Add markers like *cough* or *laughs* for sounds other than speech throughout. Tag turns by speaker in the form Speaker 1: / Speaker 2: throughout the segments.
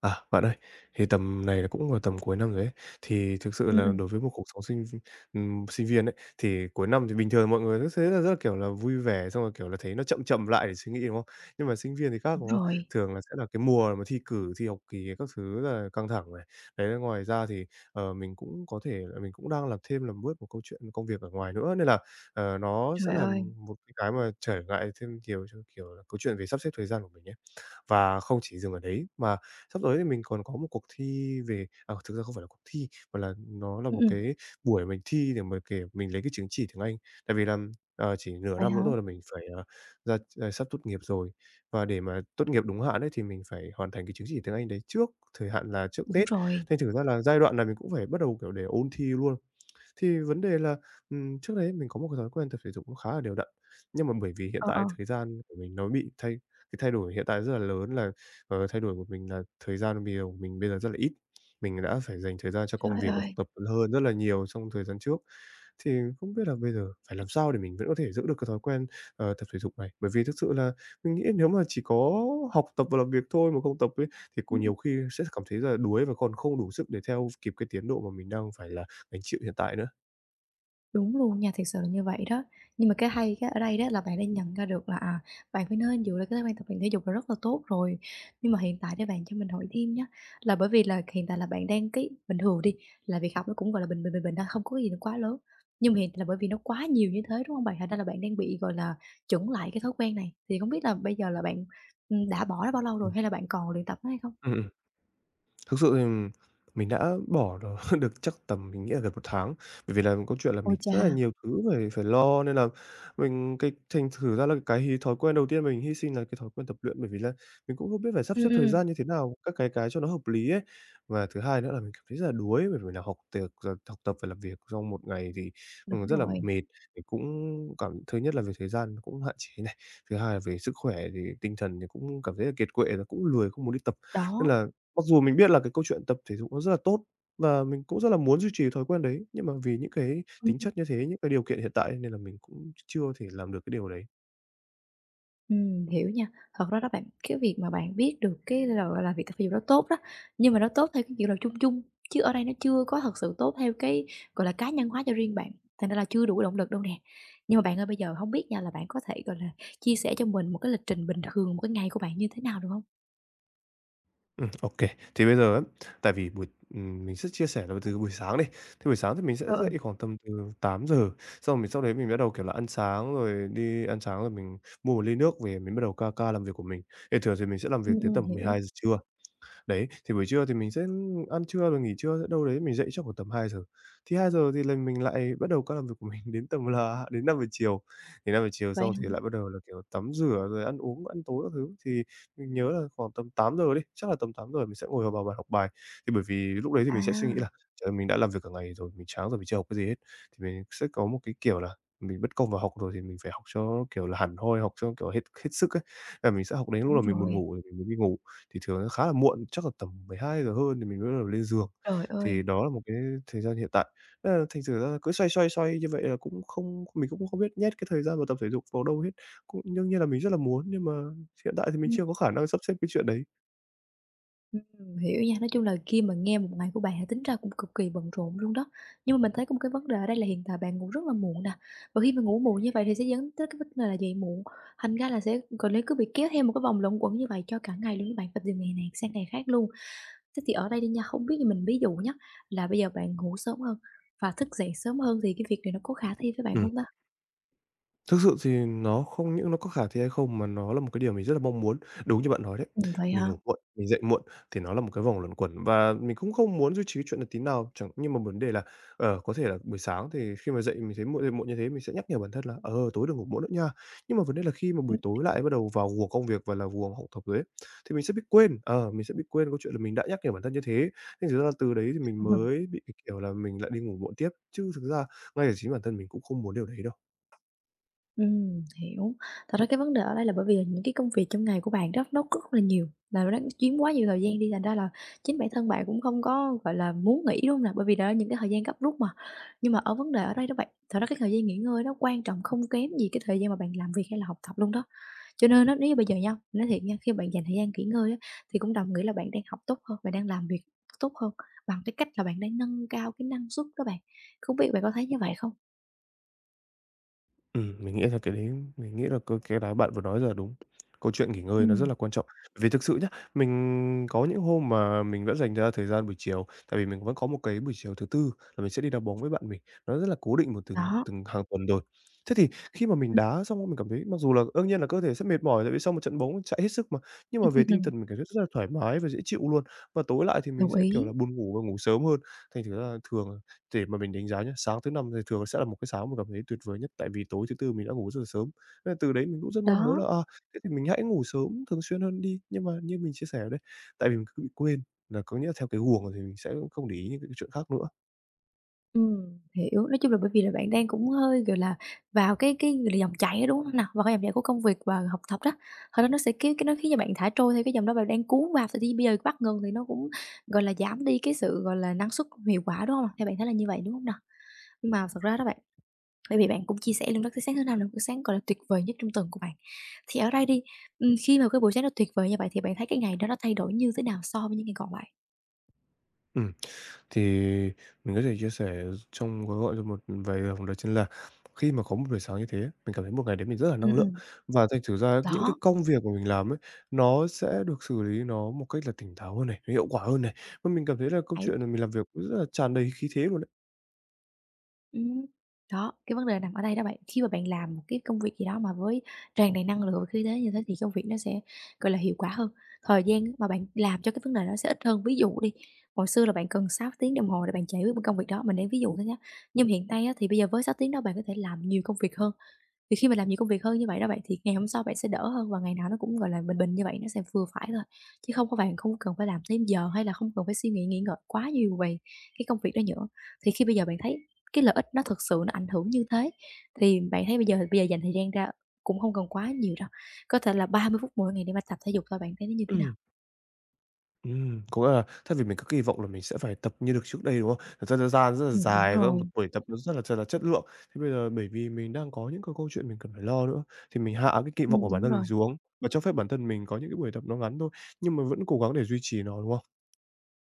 Speaker 1: À, bạn ơi, thì tầm này là cũng vào tầm cuối năm rồi ấy. Thì thực sự
Speaker 2: Ừm,
Speaker 1: là
Speaker 2: ừm,
Speaker 1: đối với một cuộc sống sinh sinh viên ấy, thì cuối năm thì bình thường mọi người rất là, kiểu là, vui vẻ, xong rồi, kiểu là, thấy nó chậm chậm lại để suy nghĩ, đúng không? Nhưng mà sinh viên thì khác,
Speaker 2: đúng
Speaker 1: đúng không?
Speaker 2: rồi.
Speaker 1: Thường là sẽ là cái mùa mà thi cử, thi học kỳ các thứ là căng thẳng này. Đấy, ngoài ra thì, mình cũng có thể là mình cũng đang làm thêm làm bớt một câu chuyện công việc ở ngoài nữa, nên là, nó sẽ
Speaker 2: Trời
Speaker 1: là
Speaker 2: ơi!
Speaker 1: một cái mà trở ngại thêm nhiều cho, kiểu là, câu chuyện về sắp xếp thời gian của mình ấy. Và không chỉ dừng ở đấy, mà sắp tới thì mình còn có một cuộc thi về à, thực ra không phải là cuộc thi, mà là nó là
Speaker 2: Ừm,
Speaker 1: một
Speaker 2: ừm.
Speaker 1: cái buổi mình thi để mà, kiểu, mình lấy cái chứng chỉ tiếng Anh. Tại vì là, chỉ nửa
Speaker 2: Vậy
Speaker 1: năm
Speaker 2: hả?
Speaker 1: nữa thôi là mình phải, ra sắp tốt nghiệp rồi. Và để mà tốt nghiệp đúng hạn ấy, thì mình phải hoàn thành cái chứng chỉ tiếng Anh đấy trước thời hạn là trước
Speaker 2: Đúng
Speaker 1: Tết.
Speaker 2: rồi.
Speaker 1: Nên thử ra là giai đoạn này mình cũng phải bắt đầu, kiểu, để ôn thi luôn. Thì vấn đề là, trước đấy mình có một cái thói quen tập thể dục cũng khá là đều đặn, nhưng mà bởi vì hiện
Speaker 2: Ờ, ờ,
Speaker 1: tại thời gian của mình nó bị thay cái thay đổi hiện tại rất là lớn là, thay đổi của mình là thời gian bây giờ của mình bây giờ rất là ít. Mình đã phải dành thời gian cho công
Speaker 2: trời
Speaker 1: việc và học
Speaker 2: ơi!
Speaker 1: tập hơn rất là nhiều trong thời gian trước. Thì không biết là bây giờ phải làm sao để mình vẫn có thể giữ được cái thói quen, tập thể dục này? Bởi vì thực sự là mình nghĩ nếu mà chỉ có học tập và làm việc thôi mà không tập ấy, thì có
Speaker 2: Ừm, ừm.
Speaker 1: nhiều khi sẽ cảm thấy là đuối và còn không đủ sức để theo kịp cái tiến độ mà mình đang phải là gánh chịu hiện tại nữa.
Speaker 2: Đúng luôn nha, thiệt sự là như vậy đó. Nhưng mà cái hay cái ở đây đó là bạn đã nhận ra được là, à, bạn phải nên dựa lên cái thói quen tập luyện thể dục là rất là tốt rồi. Nhưng mà hiện tại để bạn cho mình hỏi thêm nhá, là bởi vì là hiện tại là bạn đang cái bình thường đi, là việc học nó cũng, gọi là, bình bình, bình bình thôi, không có cái gì nó quá lớn. Nhưng mà hiện tại là bởi vì nó quá nhiều như thế, đúng hông bạn? Thành ra là bạn đang bị, gọi là, chững lại cái thói quen này. Thì không biết là bây giờ là bạn, đã bỏ nó bao lâu rồi
Speaker 1: Ừm,
Speaker 2: hay là bạn còn luyện tập nó hay không?
Speaker 1: ừm, ừm. Thực sự thì mình đã bỏ nó *laughs* được chắc tầm mình nghĩ là gần 1 tháng, bởi vì là câu chuyện là
Speaker 2: Ôi
Speaker 1: mình
Speaker 2: chà.
Speaker 1: rất là nhiều thứ phải phải lo nên là mình thành thử ra là cái thói quen đầu tiên mình hy sinh là cái thói quen tập luyện, bởi vì là mình cũng không biết phải sắp
Speaker 2: Ừm,
Speaker 1: xếp
Speaker 2: ừm,
Speaker 1: thời
Speaker 2: ừm,
Speaker 1: gian như thế nào, các cái cho nó hợp lý ấy. Và thứ hai nữa là mình cảm thấy rất là đuối, bởi vì là học tiệc rồi học tập và làm việc trong một ngày thì,
Speaker 2: đúng
Speaker 1: rất là
Speaker 2: rồi,
Speaker 1: mệt. Thì cũng cảm thứ nhất là về thời gian cũng hạn chế này, thứ hai là về sức khỏe thì tinh thần thì cũng cảm thấy là kiệt quệ rồi, cũng lười không muốn đi tập. Nên
Speaker 2: đó,
Speaker 1: là mặc dù mình biết là cái câu chuyện tập thể dục nó rất là tốt và mình cũng rất là muốn duy trì thói quen đấy, nhưng mà vì những cái
Speaker 2: ừm,
Speaker 1: tính chất như thế, những cái điều kiện hiện tại nên là mình cũng chưa thể làm được cái điều đấy.
Speaker 2: hiểu nha. Thật ra đó bạn, cái việc mà bạn biết được cái là, gọi là, việc tập thể dục nó tốt đó, nhưng mà nó tốt theo cái kiểu là chung chung, chứ ở đây nó chưa có thật sự tốt theo cái, gọi là, cá nhân hóa cho riêng bạn, thành ra là chưa đủ động lực đâu nè. Nhưng mà bạn ơi, bây giờ không biết nha là bạn có thể, gọi là, chia sẻ cho mình một cái lịch trình bình thường, một cái ngày của bạn như thế nào được không?
Speaker 1: Ô Thì bây giờ á, tại vì buổi mình sẽ chia sẻ là từ buổi sáng đi. Thì buổi sáng thì mình
Speaker 2: Ừ,
Speaker 1: sẽ dậy
Speaker 2: ừ,
Speaker 1: khoảng tầm từ 8 giờ. Xong rồi mình sau đấy mình bắt đầu, kiểu là, ăn sáng rồi đi ăn sáng rồi mình mua một ly nước về mình bắt đầu ca ca làm việc của mình. Thì thường thì mình sẽ làm việc tới tầm mười
Speaker 2: hiểu.
Speaker 1: hai giờ trưa. Đấy, thì buổi trưa thì mình sẽ ăn trưa rồi nghỉ trưa sẽ đâu đấy mình dậy chắc khoảng tầm 2 giờ. Thì 2 giờ thì là mình lại bắt đầu các làm việc của mình *laughs* đến tầm là *laughs* đến 5 giờ chiều. Thì 5 giờ chiều
Speaker 2: Vậy
Speaker 1: xong thì
Speaker 2: hả?
Speaker 1: lại bắt đầu là, kiểu, tắm rửa rồi ăn uống, ăn tối các thứ. Thì mình nhớ là khoảng tầm 8 giờ đi, chắc là tầm 8 giờ mình sẽ ngồi vào vào bàn học bài. Thì bởi vì lúc đấy thì mình sẽ suy nghĩ
Speaker 2: À,
Speaker 1: là "Trời ơi, mình đã làm việc cả ngày rồi, mình chán rồi, mình chưa học cái gì hết." Thì mình sẽ có một cái, kiểu là, mình bất công vào học rồi thì mình phải học cho, kiểu là, hẳn hoi, học cho, kiểu, hết hết sức ấy. Và mình sẽ học đến lúc
Speaker 2: đúng
Speaker 1: là mình buồn
Speaker 2: rồi,
Speaker 1: ngủ thì mình mới đi ngủ thì thường nó khá là muộn, chắc là tầm 12 giờ hơn thì mình mới bắt đầu lên giường.
Speaker 2: trời
Speaker 1: Thì
Speaker 2: ơi!
Speaker 1: đó là một cái thời gian hiện tại. Thế là thành thử ra cứ xoay, xoay, xoay như vậy là cũng không mình cũng không biết nhét cái thời gian vào tập thể dục vào đâu hết. Cũng đương nhiên là mình rất là muốn, nhưng mà hiện tại thì mình chưa có khả năng sắp xếp cái chuyện đấy.
Speaker 2: Hiểu nha. Nói chung là khi mà nghe một ngày của bạn thì tính ra cũng cực kỳ bận rộn luôn đó. Nhưng mà mình thấy có một cái vấn đề ở đây là hiện tại bạn ngủ rất là muộn nè. Và khi mà ngủ muộn như vậy thì sẽ dẫn tới cái vấn đề là dậy muộn. Thành ra là sẽ còn như cứ bị kéo theo một cái vòng luẩn quẩn như vậy cho cả ngày luôn. Bạn phải từ ngày này sang ngày khác luôn. Thế thì ở đây đi nha, không biết như mình ví dụ nhá, là bây giờ bạn ngủ sớm hơn và thức dậy sớm hơn thì cái việc này nó có khả thi với bạn
Speaker 1: Ừm.
Speaker 2: không ta?
Speaker 1: Thực sự thì nó không những nó có khả thi hay không mà nó là một cái điều mình rất là mong muốn. Đúng như bạn nói đấy,
Speaker 2: Vậy
Speaker 1: mình
Speaker 2: hả?
Speaker 1: ngủ muộn, mình dậy muộn thì nó là một cái vòng luẩn quẩn và mình cũng không muốn duy trì cái chuyện là tí nào. Chẳng nhưng mà vấn đề là, có thể là buổi sáng thì khi mà dậy mình thấy muộn dậy muộn như thế mình sẽ nhắc nhở bản thân là "Ờ, tối đừng ngủ muộn nữa nha." Nhưng mà vấn đề là khi mà buổi tối lại bắt đầu vào guồng công việc và là guồng học tập rồi ấy, thì mình sẽ bị quên, mình sẽ bị quên câu chuyện là mình đã nhắc nhở bản thân như thế. Nên thử ra là từ đấy thì mình
Speaker 2: Ừm.
Speaker 1: mới bị, cái kiểu là, mình lại đi ngủ muộn tiếp, chứ thực ra ngay cả chính bản thân mình cũng không muốn điều đấy đâu.
Speaker 2: Hiểu. Thật ra cái vấn đề ở đây là bởi vì là những cái công việc trong ngày của bạn đó nó rất là nhiều, là nó chiếm quá nhiều thời gian đi, thành ra là chính bản thân bạn cũng không có, gọi là, muốn nghỉ, đúng hông nè? Bởi vì đó là những cái thời gian gấp rút mà. Nhưng mà ở vấn đề ở đây đó bạn, thật ra cái thời gian nghỉ ngơi nó quan trọng không kém gì cái thời gian mà bạn làm việc hay là học tập luôn đó. Cho nên á, nếu như bây giờ nha, nói thiệt nha, khi bạn dành thời gian nghỉ ngơi á, thì cũng đồng nghĩa là bạn đang học tốt hơn, bạn đang làm việc tốt hơn bằng cái cách là bạn đang nâng cao cái năng suất đó bạn. Không biết bạn có thấy như vậy không?
Speaker 1: Mình nghĩ là cái đấy mình nghĩ là cái đấy bạn vừa nói giờ đúng. Câu chuyện nghỉ ngơi nó rất
Speaker 2: Ừm,
Speaker 1: là quan trọng. Vì thực sự nhá, mình có những hôm mà mình vẫn dành ra thời gian buổi chiều, tại vì mình vẫn có một cái buổi chiều thứ Tư là mình sẽ đi đá bóng với bạn mình, nó rất là cố định một từng
Speaker 2: đó.
Speaker 1: từng hàng tuần rồi. Thế thì khi mà mình đá xong mình cảm thấy mặc dù là đương nhiên là cơ thể sẽ mệt mỏi tại vì sau một trận bóng chạy hết sức mà, nhưng mà về tinh thần
Speaker 2: *laughs*
Speaker 1: mình cảm thấy rất là thoải mái và dễ chịu luôn. Và tối lại thì mình
Speaker 2: Đồng
Speaker 1: sẽ, kiểu
Speaker 2: ý.
Speaker 1: là, buồn ngủ và ngủ sớm hơn, thành thử ra là thường để mà mình đánh giá nhé. Sáng thứ Năm thì thường sẽ là một cái sáng mình cảm thấy tuyệt vời nhất, tại vì tối thứ Tư mình đã ngủ rất là sớm. Nên là từ đấy mình cũng rất mong muốn là,
Speaker 2: Đó,
Speaker 1: à, thế thì mình hãy ngủ sớm thường xuyên hơn đi. Nhưng mà như mình chia sẻ ở đây, tại vì mình cứ bị quên, là có nghĩa là theo cái guồng thì mình sẽ không để ý những cái chuyện khác nữa.
Speaker 2: hiểu. Nói chung là bởi vì là bạn đang cũng hơi, gọi là, vào cái, gọi là, dòng chảy đó, đúng hông nào? Vào cái dòng chảy của công việc và học tập đó, thật ra nó sẽ cái nó khiến cho bạn thả trôi theo cái dòng đó bạn đang cuốn vào, thì bây giờ bắt ngừng thì nó cũng, gọi là, giảm đi cái sự, gọi là, năng suất, hiệu quả, đúng hông? Theo bạn thấy là như vậy, đúng hông nào? Nhưng mà thật ra đó bạn, bởi vì bạn cũng chia sẻ luôn đó cái sáng thứ Năm là một cái sáng, gọi là, tuyệt vời nhất trong tuần của bạn. Thì ở đây đi, khi mà cái buổi sáng nó tuyệt vời như vậy thì bạn thấy cái ngày đó nó thay đổi như thế nào so với những ngày còn lại?
Speaker 1: Ừ. Thì mình có thể chia sẻ trong gói gọn cho một vài dòng đó chính là khi mà có một buổi sáng như thế, mình cảm thấy một ngày đấy mình rất là
Speaker 2: Ừm,
Speaker 1: năng lượng.
Speaker 2: ừm,
Speaker 1: Và thành thử ra những cái
Speaker 2: đó,
Speaker 1: công việc mà mình làm ấy, nó sẽ được xử lý nó một cách là tỉnh táo hơn này, nó hiệu quả hơn này. Và mình cảm thấy là câu
Speaker 2: ấy.
Speaker 1: chuyện là mình làm việc cũng rất là tràn đầy khí thế luôn đấy.
Speaker 2: Ừm. Đó, cái vấn đề nằm ở đây đó bạn. Khi mà bạn làm một cái công việc gì đó mà với tràn đầy năng lượng và khí thế như thế thì công việc nó sẽ, gọi là, hiệu quả hơn. Thời gian mà bạn làm cho cái vấn đề đó sẽ ít hơn. Ví dụ đi, hồi xưa là bạn cần 6 tiếng đồng hồ để bạn giải quyết một công việc đó, mình đang ví dụ thôi nhé. Nhưng mà hiện nay á, thì bây giờ với 6 tiếng đó bạn có thể làm nhiều công việc hơn. Thì khi mà làm nhiều công việc hơn như vậy đó bạn, thì ngày hôm sau bạn sẽ đỡ hơn và ngày nào nó cũng, gọi là, bình bình như vậy, nó sẽ vừa phải thôi, chứ không có bạn không cần phải làm thêm giờ hay là không cần phải suy nghĩ nghĩ ngợi quá nhiều về cái công việc đó nữa. Thì khi bây giờ bạn thấy cái lợi ích nó thực sự nó ảnh hưởng như thế, thì bạn thấy bây giờ dành thời gian ra cũng không cần quá nhiều đâu, có thể là 30 phút mỗi ngày để mà tập thể dục thôi, bạn thấy nó như thế nào?
Speaker 1: Có nghĩa là thay vì mình cứ kỳ vọng là mình sẽ phải tập như được trước đây, đúng không? Thật ra thời gian rất là
Speaker 2: Đúng
Speaker 1: dài và một
Speaker 2: rồi,
Speaker 1: buổi tập nó rất là thật là chất lượng. Thế bây giờ bởi vì mình đang có những cái câu chuyện mình cần phải lo nữa, thì mình hạ cái kỳ vọng của bản
Speaker 2: đúng
Speaker 1: thân mình
Speaker 2: rồi.
Speaker 1: xuống và cho phép bản thân mình có những cái buổi tập nó ngắn thôi, nhưng mà vẫn cố gắng để duy trì nó, đúng không?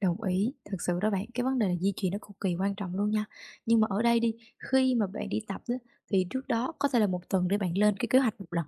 Speaker 2: Đồng ý, thực sự đó bạn, cái vấn đề là di chuyển nó cực kỳ quan trọng luôn nha. Nhưng mà ở đây đi, khi mà bạn đi tập á, thì trước đó có thể là một tuần để bạn lên cái kế hoạch một lần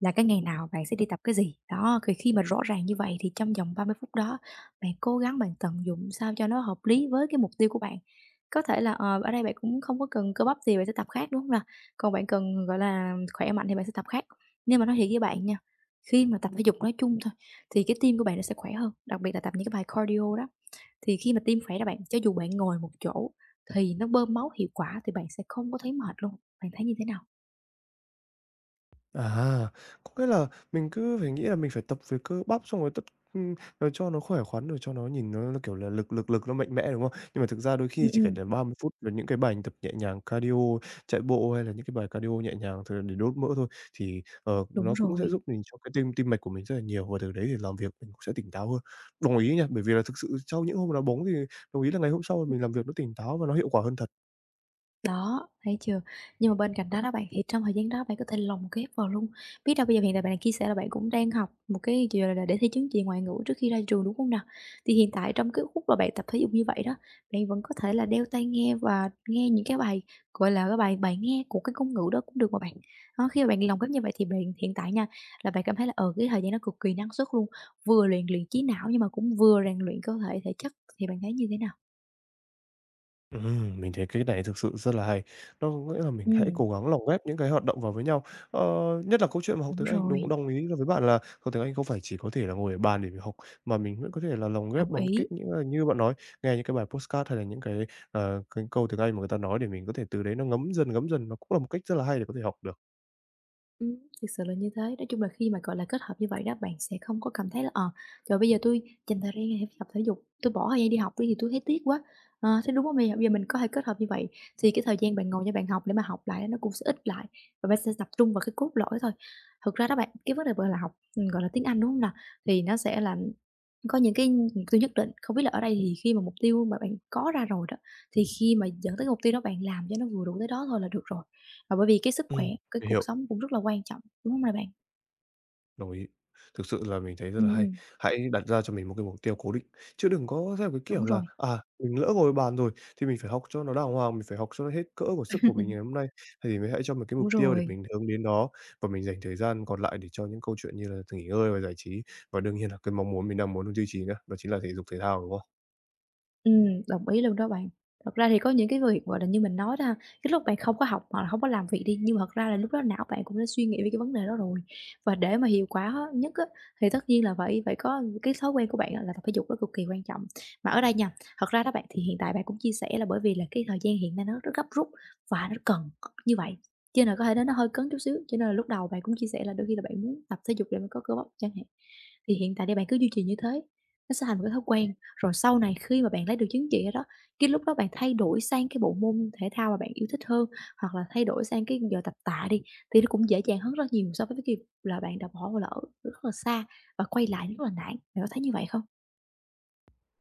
Speaker 2: là cái ngày nào bạn sẽ đi tập cái gì. Đó, thì khi mà rõ ràng như vậy thì trong vòng 30 phút đó, bạn cố gắng bạn tận dụng sao cho nó hợp lý với cái mục tiêu của bạn. Có thể là, ở đây bạn cũng không có cần cơ bắp thì bạn sẽ tập khác, đúng không nào? Còn bạn cần, gọi là, khỏe mạnh thì bạn sẽ tập khác. Nhưng mà nói thiệt với bạn nha, khi mà tập thể dục nói chung thôi, thì cái tim của bạn nó sẽ khỏe hơn, đặc biệt là tập những cái bài cardio đó. Thì khi mà tim khỏe đó bạn, cho dù bạn ngồi một chỗ thì nó bơm máu hiệu quả thì bạn sẽ không có thấy mệt luôn, bạn thấy như thế nào?
Speaker 1: À, có nghĩa là mình cứ phải nghĩ là mình phải tập về cơ bắp xong rồi tất ừm, rồi cho nó khỏe khoắn, rồi cho nó nhìn nó, kiểu là, lực lực lực nó mạnh mẽ, đúng không? Nhưng mà thực ra đôi
Speaker 2: Ừm,
Speaker 1: khi chỉ cần
Speaker 2: ừm,
Speaker 1: là 30 phút với những cái bài tập nhẹ nhàng cardio, chạy bộ hay là những cái bài cardio nhẹ nhàng thôi để đốt mỡ thôi, thì,
Speaker 2: đúng
Speaker 1: nó cũng sẽ
Speaker 2: rồi.
Speaker 1: giúp mình cho cái tim tim mạch của mình rất là nhiều, và từ đấy thì làm việc mình cũng sẽ tỉnh táo hơn. Đồng ý nha, bởi vì là thực sự sau những hôm đá bóng thì đồng ý là ngày hôm sau mình làm việc nó tỉnh táo và nó hiệu quả hơn thật.
Speaker 2: Đó, thấy chưa? Nhưng mà bên cạnh đó đó bạn, thì trong thời gian đó bạn có thể lồng ghép vào luôn. Biết đâu bây giờ hiện tại bạn chia sẻ là bạn cũng đang học một cái ch là để thi chứng chỉ ngoại ngữ trước khi ra trường, đúng không nào? Thì hiện tại trong cái khúc mà bạn tập thể dục như vậy đó, bạn vẫn có thể là đeo tai nghe và nghe những cái bài, gọi là, cái bài bài nghe của cái ngôn ngữ đó cũng được mà bạn. Đó, khi mà bạn lồng ghép như vậy thì bạn hiện tại nha, là bạn cảm thấy là, ở cái thời gian đó cực kỳ năng suất luôn, vừa luyện luyện trí não nhưng mà cũng vừa rèn luyện cơ thể, thể chất, thì bạn thấy như thế nào?
Speaker 1: Mình thấy cái này thực sự rất là hay. Nó có nghĩa là mình hãy
Speaker 2: Ừ.
Speaker 1: cố gắng lồng ghép những cái hoạt động vào với nhau. Ờ, Nhất là câu chuyện mà học
Speaker 2: Đúng
Speaker 1: tiếng Anh, đúng,
Speaker 2: rồi,
Speaker 1: đồng ý là với bạn là học tiếng Anh không phải chỉ có thể là ngồi ở bàn để mình học, mà mình vẫn có thể là lồng ghép
Speaker 2: đồng
Speaker 1: bằng cái
Speaker 2: ý.
Speaker 1: cách những là như bạn nói, nghe những cái bài podcast hay là những cái, cái câu tiếng Anh mà người ta nói, để mình có thể từ đấy nó ngấm dần, nó cũng là một cách rất là hay để có thể học được.
Speaker 2: Ừm, thực sự là như thế. Nói chung là khi mà, gọi là, kết hợp như vậy đó, bạn sẽ không có cảm thấy là "Ờ, trời, bây giờ tôi dành thời gian này để tập thể dục, tôi bỏ thời gian đi học đi thì tôi thấy tiếc quá." Ờ, thế đúng không? Bây giờ mình có thể kết hợp như vậy thì cái thời gian bạn ngồi cho bạn học để mà học lại nó cũng sẽ ít lại và bạn sẽ tập trung vào cái cốt lõi thôi. Thực ra đó bạn, cái vấn đề, gọi là, học, gọi là, tiếng Anh, đúng không nào? Thì nó sẽ là có những cái mục tiêu nhất định, không biết là ở đây thì khi mà mục tiêu mà bạn có ra rồi đó, thì khi mà dẫn tới mục tiêu đó bạn làm cho nó vừa đủ tới đó thôi là được rồi. Và bởi vì cái sức
Speaker 1: Ừm,
Speaker 2: khỏe, cái
Speaker 1: mình
Speaker 2: cuộc
Speaker 1: hiểu.
Speaker 2: sống cũng rất là quan trọng, đúng không nè bạn?
Speaker 1: Đồng ý. Thực sự là mình thấy rất là
Speaker 2: Ừm,
Speaker 1: hay.
Speaker 2: ừm.
Speaker 1: Hãy đặt ra cho mình một cái mục tiêu cố định, chứ đừng có theo cái
Speaker 2: Đúng
Speaker 1: kiểu là,
Speaker 2: rồi,
Speaker 1: à, mình lỡ ngồi bàn rồi thì mình phải học cho nó đàng hoàng, mình phải học cho nó hết cỡ của sức của mình ngày hôm nay. Thì mình hãy cho một cái
Speaker 2: đúng
Speaker 1: mục tiêu để
Speaker 2: rồi.
Speaker 1: mình hướng đến đó, và mình dành thời gian còn lại để cho những câu chuyện như là nghỉ ngơi và giải trí. Và đương nhiên là cái mong muốn mình đang muốn duy trì nữa, đó chính là thể dục thể thao, đúng không?
Speaker 2: Đồng ý luôn đó bạn. Thật ra thì có những cái việc, gọi là, như mình nói đó ha, cái lúc bạn không có học hoặc là hông có làm việc đi, nhưng mà thật ra là lúc đó não bạn cũng đã suy nghĩ về cái vấn đề đó rồi. Và để mà hiệu quả á nhất á, thì tất nhiên là phải phải có cái thói quen của bạn á là tập thể dục nó cực kỳ quan trọng. Mà ở đây nha, thật ra đó bạn, thì hiện tại bạn cũng chia sẻ là bởi vì là cái thời gian hiện nay nó rất gấp rút và nó cần như vậy, cho nên là có thể nó hơi cấn chút xíu, cho nên là lúc đầu bạn cũng chia sẻ là đôi khi là bạn muốn tập thể dục để mà có cơ bắp chẳng hạn. Thì hiện tại thì bạn cứ duy trì như thế, nó sẽ thành một cái thói quen. Rồi sau này khi mà bạn lấy được chứng chỉ rồi đó, cái lúc đó bạn thay đổi sang cái bộ môn thể thao mà bạn yêu thích hơn, hoặc là thay đổi sang cái giờ tập tạ đi, thì nó cũng dễ dàng hơn rất nhiều so với cái việc là bạn đã bỏ lỡ rất là xa và quay lại rất là nản. Bạn có thấy như vậy không?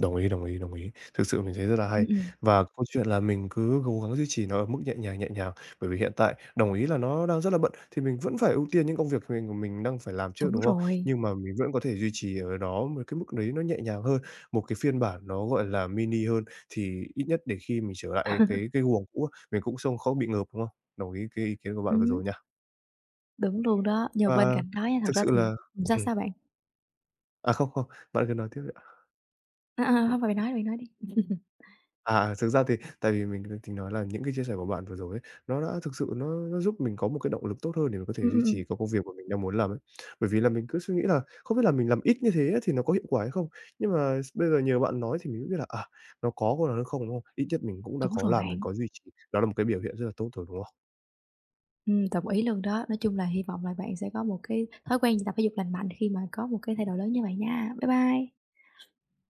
Speaker 1: Đồng ý, đồng ý, đồng ý. Thực sự mình thấy rất là
Speaker 2: Ừm,
Speaker 1: hay.
Speaker 2: ừm.
Speaker 1: Và câu chuyện là mình cứ cố gắng duy trì nó ở mức nhẹ nhàng, bởi vì hiện tại đồng ý là nó đang rất là bận, thì mình vẫn phải ưu tiên những công việc mình đang phải làm trước,
Speaker 2: Đúng
Speaker 1: đúng không?
Speaker 2: rồi,
Speaker 1: Nhưng mà mình vẫn có thể duy trì ở đó một cái mức đấy nó nhẹ nhàng hơn, một cái phiên bản nó, gọi là, mini hơn, thì ít nhất để khi mình trở lại cái guồng cũ á, mình cũng không khó bị ngợp, đúng không? Đồng ý cái ý kiến của bạn vừa
Speaker 2: ừm,
Speaker 1: rồi nha.
Speaker 2: đúng luôn đó. Nhưng mà bên
Speaker 1: Và
Speaker 2: cạnh đó nha, thật
Speaker 1: thực
Speaker 2: ra
Speaker 1: sự
Speaker 2: thì
Speaker 1: là
Speaker 2: sao,
Speaker 1: ừm,
Speaker 2: sao bạn?
Speaker 1: à, không, không, bạn cứ nói tiếp đi.
Speaker 2: À, à, hông, bạn nói đi.
Speaker 1: À, thực ra thì tại vì mình đang tính nói là những cái chia sẻ của bạn vừa rồi ấy, nó đã thực sự nó giúp mình có một cái động lực tốt hơn để mình có thể
Speaker 2: Ừm,
Speaker 1: duy
Speaker 2: ừm, ừm.
Speaker 1: trì cái công việc mà mình đang muốn làm ấy. Bởi vì là mình cứ suy nghĩ là không biết là mình làm ít như thế thì nó có hiệu quả hay không? Nhưng mà s bây giờ nhờ bạn nói thì mình mới biết là, à, nó có còn hơn không, đúng không? Ít nhất mình cũng đã
Speaker 2: Đúng
Speaker 1: có
Speaker 2: rồi
Speaker 1: làm, mình
Speaker 2: bạn,
Speaker 1: có duy trì, đó là một cái biểu hiện rất là tốt rồi, đúng không?
Speaker 2: đồng ý luôn đó. Nói chung là hy vọng là bạn sẽ có một cái thói quen tập thể dục lành mạnh khi mà có một cái thay đổi lớn như vậy nha. Bye bye.